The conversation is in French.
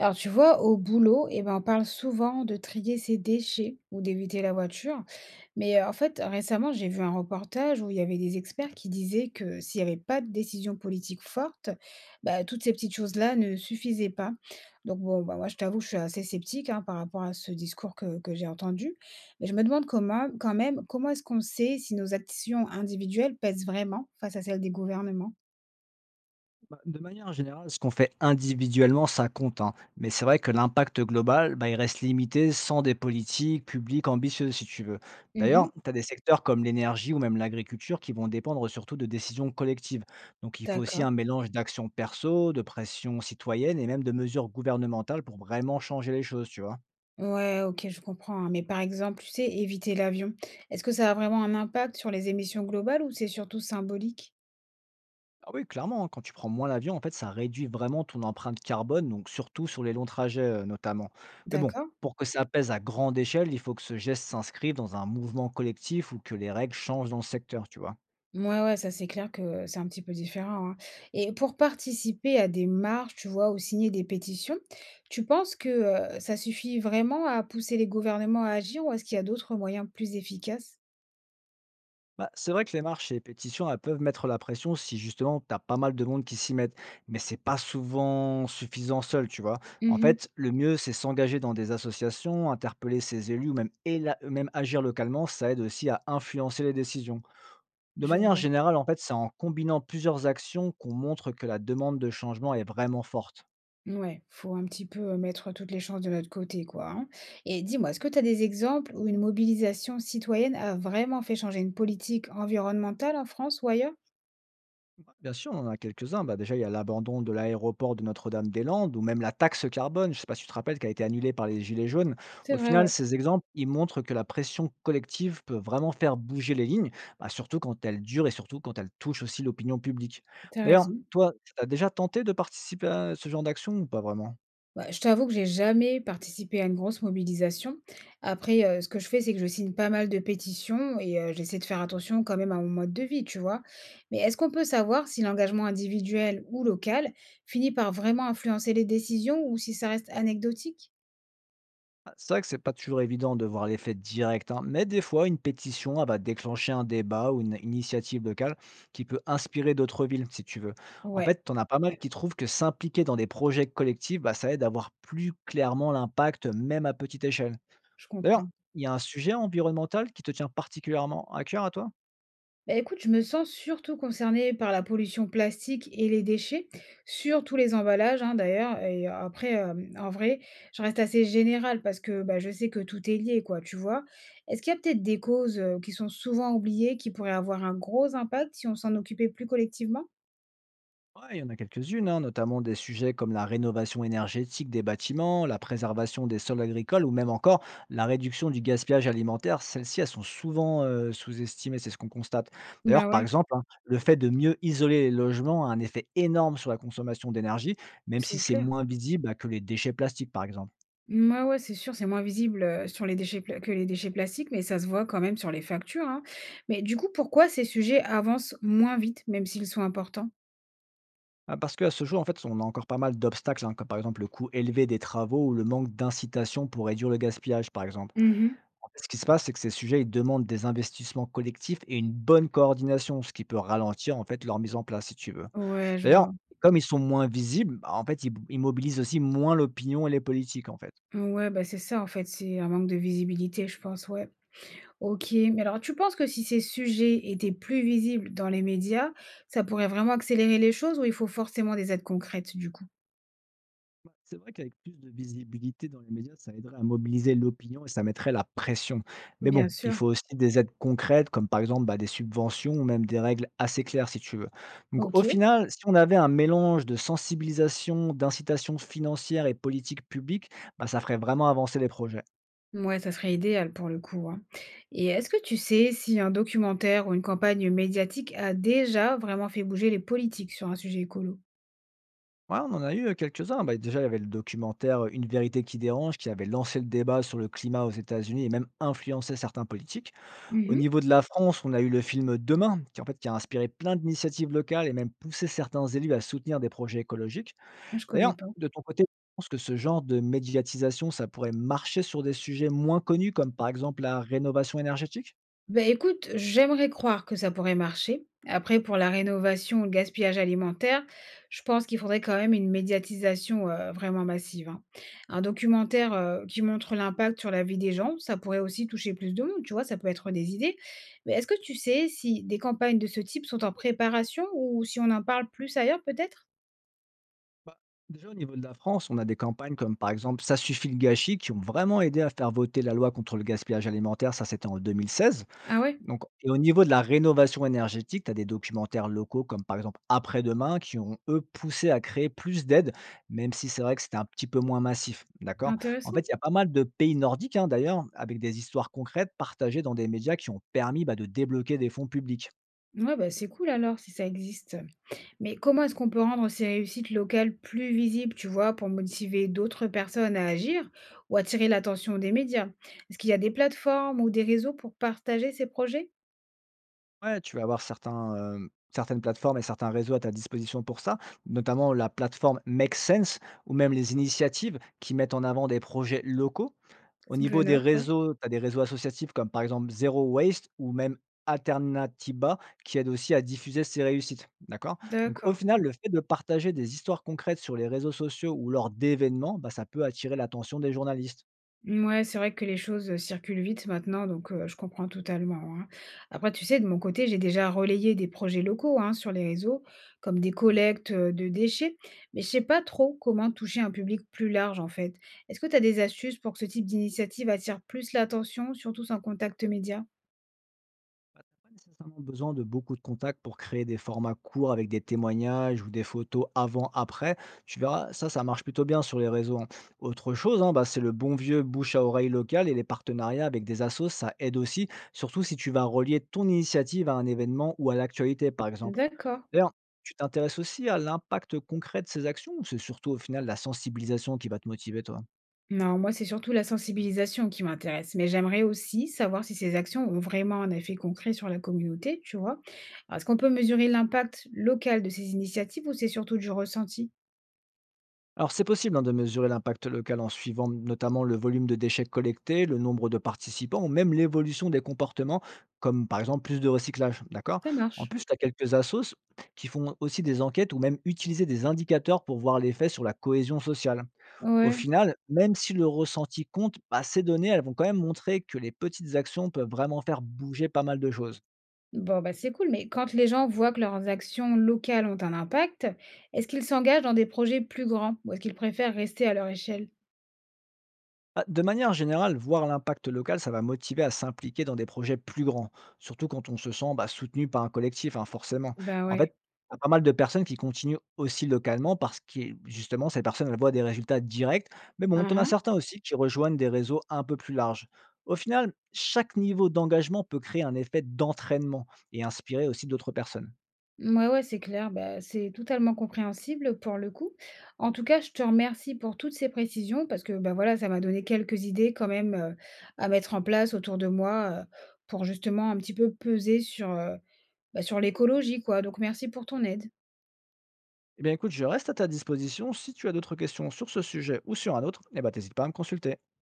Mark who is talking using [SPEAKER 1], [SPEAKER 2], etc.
[SPEAKER 1] Alors, tu vois, au boulot, eh ben, on parle souvent de trier ses déchets ou d'éviter la voiture. Mais en fait, récemment, j'ai vu un reportage où il y avait des experts qui disaient que s'il n'y avait pas de décision politique forte, bah, toutes ces petites choses-là ne suffisaient pas. Donc, bon, bah, moi, je t'avoue, je suis assez sceptique hein, par rapport à ce discours que j'ai entendu. Mais je me demande comment, quand même, comment est-ce qu'on sait si nos actions individuelles pèsent vraiment face à celles des gouvernements?
[SPEAKER 2] Bah, de manière générale, ce qu'on fait individuellement, ça compte, hein. Mais c'est vrai que l'impact global, bah, il reste limité sans des politiques publiques ambitieuses, si tu veux.
[SPEAKER 1] Mhm,
[SPEAKER 2] D'ailleurs, tu as des secteurs comme l'énergie ou même l'agriculture qui vont dépendre surtout de décisions collectives. Donc, il faut aussi un
[SPEAKER 1] d'accord.
[SPEAKER 2] mélange d'actions perso, de pression citoyenne et même de mesures gouvernementales pour vraiment changer les choses, tu vois.
[SPEAKER 1] Ouais, OK, je comprends, hein, mais par exemple, tu sais, éviter l'avion, est-ce que ça a vraiment un impact sur les émissions globales ou c'est surtout symbolique?
[SPEAKER 2] Ah oui, clairement, hein, quand tu prends moins l'avion, en fait, ça réduit vraiment ton empreinte carbone, donc surtout sur les longs trajets, notamment. Mais bon,
[SPEAKER 1] D'accord.
[SPEAKER 2] pour que ça pèse à grande échelle, il faut que ce geste s'inscrive dans un mouvement collectif ou que les règles changent dans le secteur, tu vois.
[SPEAKER 1] Ouais, ouais, ça c'est clair que c'est un petit peu différent, hein. Et pour participer à des marches, tu vois, ou signer des pétitions, tu penses que, ça suffit vraiment à pousser les gouvernements à agir ou est-ce qu'il y a d'autres moyens plus efficaces?
[SPEAKER 2] Bah, c'est vrai que les marches et les pétitions, elles peuvent mettre la pression si justement tu as pas mal de monde qui s'y mettent, mais c'est pas souvent suffisant seul, tu vois. En
[SPEAKER 1] Mhm.
[SPEAKER 2] fait, le mieux, c'est s'engager dans des associations, interpeller ses élus ou même, même agir localement, ça aide aussi à influencer les décisions. De
[SPEAKER 1] Je
[SPEAKER 2] manière
[SPEAKER 1] vois.
[SPEAKER 2] générale, en fait, c'est en combinant plusieurs actions qu'on montre que la demande de changement est vraiment forte.
[SPEAKER 1] Ouais, faut un petit peu mettre toutes les chances de notre côté, quoi, hein. Et dis-moi, est-ce que tu as des exemples où une mobilisation citoyenne a vraiment fait changer une politique environnementale en France ou ailleurs?
[SPEAKER 2] Bien sûr, on en a quelques-uns. Bah, déjà, il y a l'abandon de l'aéroport de Notre-Dame-des-Landes ou même la taxe carbone, je ne sais pas si tu te rappelles, qui a été annulée par les Gilets jaunes.
[SPEAKER 1] C'est
[SPEAKER 2] Au
[SPEAKER 1] vrai,
[SPEAKER 2] final,
[SPEAKER 1] ouais.
[SPEAKER 2] ces exemples, ils montrent que la pression collective peut vraiment faire bouger les lignes, bah, surtout quand elle dure et surtout quand elle touche aussi l'opinion publique.
[SPEAKER 1] T'as
[SPEAKER 2] D'ailleurs,
[SPEAKER 1] raison.
[SPEAKER 2] toi, tu as déjà tenté de participer à ce genre d'action ou pas vraiment?
[SPEAKER 1] Bah, je t'avoue que j'ai jamais participé à une grosse mobilisation. Après, ce que je fais, c'est que je signe pas mal de pétitions et j'essaie de faire attention quand même à mon mode de vie, tu vois? Mais est-ce qu'on peut savoir si l'engagement individuel ou local finit par vraiment influencer les décisions ou si ça reste anecdotique?
[SPEAKER 2] Ah, c'est vrai que c'est pas toujours évident de voir l'effet direct, hein, mais des fois, une pétition elle va déclencher un débat ou une initiative locale qui peut inspirer d'autres villes, si tu veux. En
[SPEAKER 1] Ouais,
[SPEAKER 2] fait, t'en as pas mal ouais qui trouvent que s'impliquer dans des projets collectifs, bah, ça aide à voir plus clairement l'impact, même à petite échelle.
[SPEAKER 1] je
[SPEAKER 2] D'ailleurs,
[SPEAKER 1] comprends.
[SPEAKER 2] il y a un sujet environnemental qui te tient particulièrement à cœur à toi?
[SPEAKER 1] Bah, écoute, je me sens surtout concernée par la pollution plastique et les déchets, sur tous les emballages, hein, d'ailleurs. Et après, en vrai, je reste assez générale parce que, bah, je sais que tout est lié, quoi, tu vois? Est-ce qu'il y a peut-être des causes, qui sont souvent oubliées, qui pourraient avoir un gros impact si on s'en occupait plus collectivement?
[SPEAKER 2] Ouais, il y en a quelques-unes, hein, notamment des sujets comme la rénovation énergétique des bâtiments, la préservation des sols agricoles ou même encore la réduction du gaspillage alimentaire. Celles-ci, elles sont souvent sous-estimées, c'est ce qu'on constate. D'ailleurs,
[SPEAKER 1] Bah,
[SPEAKER 2] par
[SPEAKER 1] ouais,
[SPEAKER 2] exemple, hein, le fait de mieux isoler les logements a un effet énorme sur la consommation d'énergie, même si
[SPEAKER 1] c'est
[SPEAKER 2] c'est
[SPEAKER 1] clair.
[SPEAKER 2] moins visible bah, que les déchets plastiques, par exemple.
[SPEAKER 1] Mouais, ouais, c'est sûr, c'est moins visible, sur les déchets pla que les déchets plastiques, mais ça se voit quand même sur les factures, hein. Mais du coup, pourquoi ces sujets avancent moins vite, même s'ils sont importants?
[SPEAKER 2] Ah, parce qu'à ce jour, en fait, on a encore pas mal d'obstacles, hein, comme par exemple le coût élevé des travaux ou le manque d'incitation pour réduire le gaspillage, par exemple.
[SPEAKER 1] Mmh.
[SPEAKER 2] En fait, ce qui se passe, c'est que ces sujets, ils demandent des investissements collectifs et une bonne coordination, ce qui peut ralentir en fait leur mise en place, si tu veux.
[SPEAKER 1] Ouais, je
[SPEAKER 2] D'ailleurs,
[SPEAKER 1] vois.
[SPEAKER 2] comme ils sont moins visibles, bah, en fait, ils mobilisent aussi moins l'opinion et les politiques, en fait.
[SPEAKER 1] Ouais, bah, c'est ça en fait, c'est un manque de visibilité, je pense, ouais. OK, mais alors tu penses que si ces sujets étaient plus visibles dans les médias, ça pourrait vraiment accélérer les choses ou il faut forcément des aides concrètes du coup?
[SPEAKER 2] Bah, c'est vrai qu'avec plus de visibilité dans les médias, ça aiderait à mobiliser l'opinion et ça mettrait la pression. Mais
[SPEAKER 1] Bien
[SPEAKER 2] bon, il
[SPEAKER 1] sûr.
[SPEAKER 2] faut aussi des aides concrètes, comme par exemple bah, des subventions ou même des règles assez claires, si tu veux. Donc au
[SPEAKER 1] OK.
[SPEAKER 2] final, si on avait un mélange de sensibilisation, d'incitation financière et politique publique, bah, ça ferait vraiment avancer les projets.
[SPEAKER 1] Ouais, ça serait idéal pour le coup, hein. Et est-ce que tu sais si un documentaire ou une campagne médiatique a déjà vraiment fait bouger les politiques sur un sujet écolo?
[SPEAKER 2] Ouais, on en a eu quelques-uns. Bah, déjà, il y avait le documentaire Une vérité qui dérange, qui avait lancé le débat sur le climat aux États-Unis et même influencé certains politiques. Au
[SPEAKER 1] Mhm.
[SPEAKER 2] niveau de la France, on a eu le film Demain, qui en fait qui a inspiré plein d'initiatives locales et même poussé certains élus à soutenir des projets écologiques.
[SPEAKER 1] Je connais
[SPEAKER 2] D'ailleurs,
[SPEAKER 1] pas.
[SPEAKER 2] de ton côté, je pense que ce genre de médiatisation, ça pourrait marcher sur des sujets moins connus, comme par exemple la rénovation énergétique?
[SPEAKER 1] Bah, écoute, j'aimerais croire que ça pourrait marcher. Après, pour la rénovation ou le gaspillage alimentaire, je pense qu'il faudrait quand même une médiatisation vraiment massive, hein. Un documentaire qui montre l'impact sur la vie des gens, ça pourrait aussi toucher plus de monde, tu vois, ça peut être des idées. Mais est-ce que tu sais si des campagnes de ce type sont en préparation ou si on en parle plus ailleurs peut-être?
[SPEAKER 2] Bah, déjà, au niveau de la France, on a des campagnes comme par exemple Ça suffit le gâchis qui ont vraiment aidé à faire voter la loi contre le gaspillage alimentaire, ça c'était en 2016.
[SPEAKER 1] Ah ouais,
[SPEAKER 2] Donc et au niveau de la rénovation énergétique, tu as des documentaires locaux comme par exemple Après-demain qui ont eux poussé à créer plus d'aides, même si c'est vrai que c'était un petit peu moins massif, d'accord? En
[SPEAKER 1] intéressant.
[SPEAKER 2] fait, il y a pas mal de pays nordiques, hein, d'ailleurs, avec des histoires concrètes partagées dans des médias qui ont permis, bah, de débloquer des fonds publics.
[SPEAKER 1] Ouais, bah c'est cool alors si ça existe. Mais comment est-ce qu'on peut rendre ces réussites locales plus visibles, tu vois, pour motiver d'autres personnes à agir ou attirer l'attention des médias? Est-ce qu'il y a des plateformes ou des réseaux pour partager ces projets?
[SPEAKER 2] Ouais, tu vas avoir certains, certaines plateformes et certains réseaux à ta disposition pour ça, notamment la plateforme Make Sense ou même les initiatives qui mettent en avant des projets locaux. Au
[SPEAKER 1] Je
[SPEAKER 2] niveau des
[SPEAKER 1] note, oui.
[SPEAKER 2] réseaux, tu as des réseaux associatifs comme par exemple Zero Waste ou même Alternatiba qui aident aussi à diffuser ces réussites, d'accord? Donc au
[SPEAKER 1] D'accord.
[SPEAKER 2] final, le fait de partager des histoires concrètes sur les réseaux sociaux ou lors d'événements, bah, ça peut attirer l'attention des journalistes.
[SPEAKER 1] Ouais, c'est vrai que les choses circulent vite maintenant, donc je comprends totalement, hein. Après, tu sais, de mon côté, j'ai déjà relayé des projets locaux, hein, sur les réseaux, comme des collectes de déchets, mais je sais pas trop comment toucher un public plus large, en fait. Est-ce que tu as des astuces pour que ce type d'initiative attire plus l'attention, surtout sans contact média?
[SPEAKER 2] Bah, tu pas nécessairement besoin de beaucoup de contacts pour créer des formats courts avec des témoignages ou des photos avant-après. Tu verras, ça marche plutôt bien sur les réseaux, hein. Autre chose, hein, bah, c'est le bon vieux bouche à oreille local et les partenariats avec des assos, ça aide aussi, surtout si tu vas relier ton initiative à un événement ou à l'actualité, par exemple.
[SPEAKER 1] D'accord.
[SPEAKER 2] D'ailleurs, tu t'intéresses aussi à l'impact concret de ces actions ou c'est surtout au final la sensibilisation qui va te motiver, toi?
[SPEAKER 1] Non, moi, c'est surtout la sensibilisation qui m'intéresse, mais j'aimerais aussi savoir si ces actions ont vraiment un effet concret sur la communauté, tu vois. Alors, est-ce qu'on peut mesurer l'impact local de ces initiatives ou c'est surtout du ressenti?
[SPEAKER 2] Alors c'est possible hein, de mesurer l'impact local en suivant notamment le volume de déchets collectés, le nombre de participants ou même l'évolution des comportements, comme par exemple plus de recyclage, d'accord?
[SPEAKER 1] Ça
[SPEAKER 2] En
[SPEAKER 1] marche.
[SPEAKER 2] plus, tu as quelques assos qui font aussi des enquêtes ou même utiliser des indicateurs pour voir l'effet sur la cohésion sociale. Au
[SPEAKER 1] Ouais.
[SPEAKER 2] final, même si le ressenti compte, bah, ces données, elles vont quand même montrer que les petites actions peuvent vraiment faire bouger pas mal de choses.
[SPEAKER 1] Bon, bah c'est cool, mais quand les gens voient que leurs actions locales ont un impact, est-ce qu'ils s'engagent dans des projets plus grands ou est-ce qu'ils préfèrent rester à leur échelle?
[SPEAKER 2] Bah, de manière générale, voir l'impact local, ça va motiver à s'impliquer dans des projets plus grands, surtout quand on se sent bah, soutenu par un collectif, hein, forcément.
[SPEAKER 1] Ben
[SPEAKER 2] En
[SPEAKER 1] ouais.
[SPEAKER 2] fait, il y a pas mal de personnes qui continuent aussi localement parce que justement, ces personnes, elles voient des résultats directs. Mais bon, on a certains aussi qui rejoignent des réseaux un peu plus larges. Au final, chaque niveau d'engagement peut créer un effet d'entraînement et inspirer aussi d'autres personnes.
[SPEAKER 1] Ouais ouais, c'est clair. Bah, c'est totalement compréhensible pour le coup. En tout cas, je te remercie pour toutes ces précisions parce que, bah, voilà, ça m'a donné quelques idées quand même, à mettre en place autour de moi, pour justement un petit peu peser sur, bah, sur l'écologie quoi. Donc merci pour ton aide.
[SPEAKER 2] Eh bien écoute, je reste à ta disposition. Si tu as d'autres questions sur ce sujet ou sur un autre, eh ben, t'hésites pas à me consulter.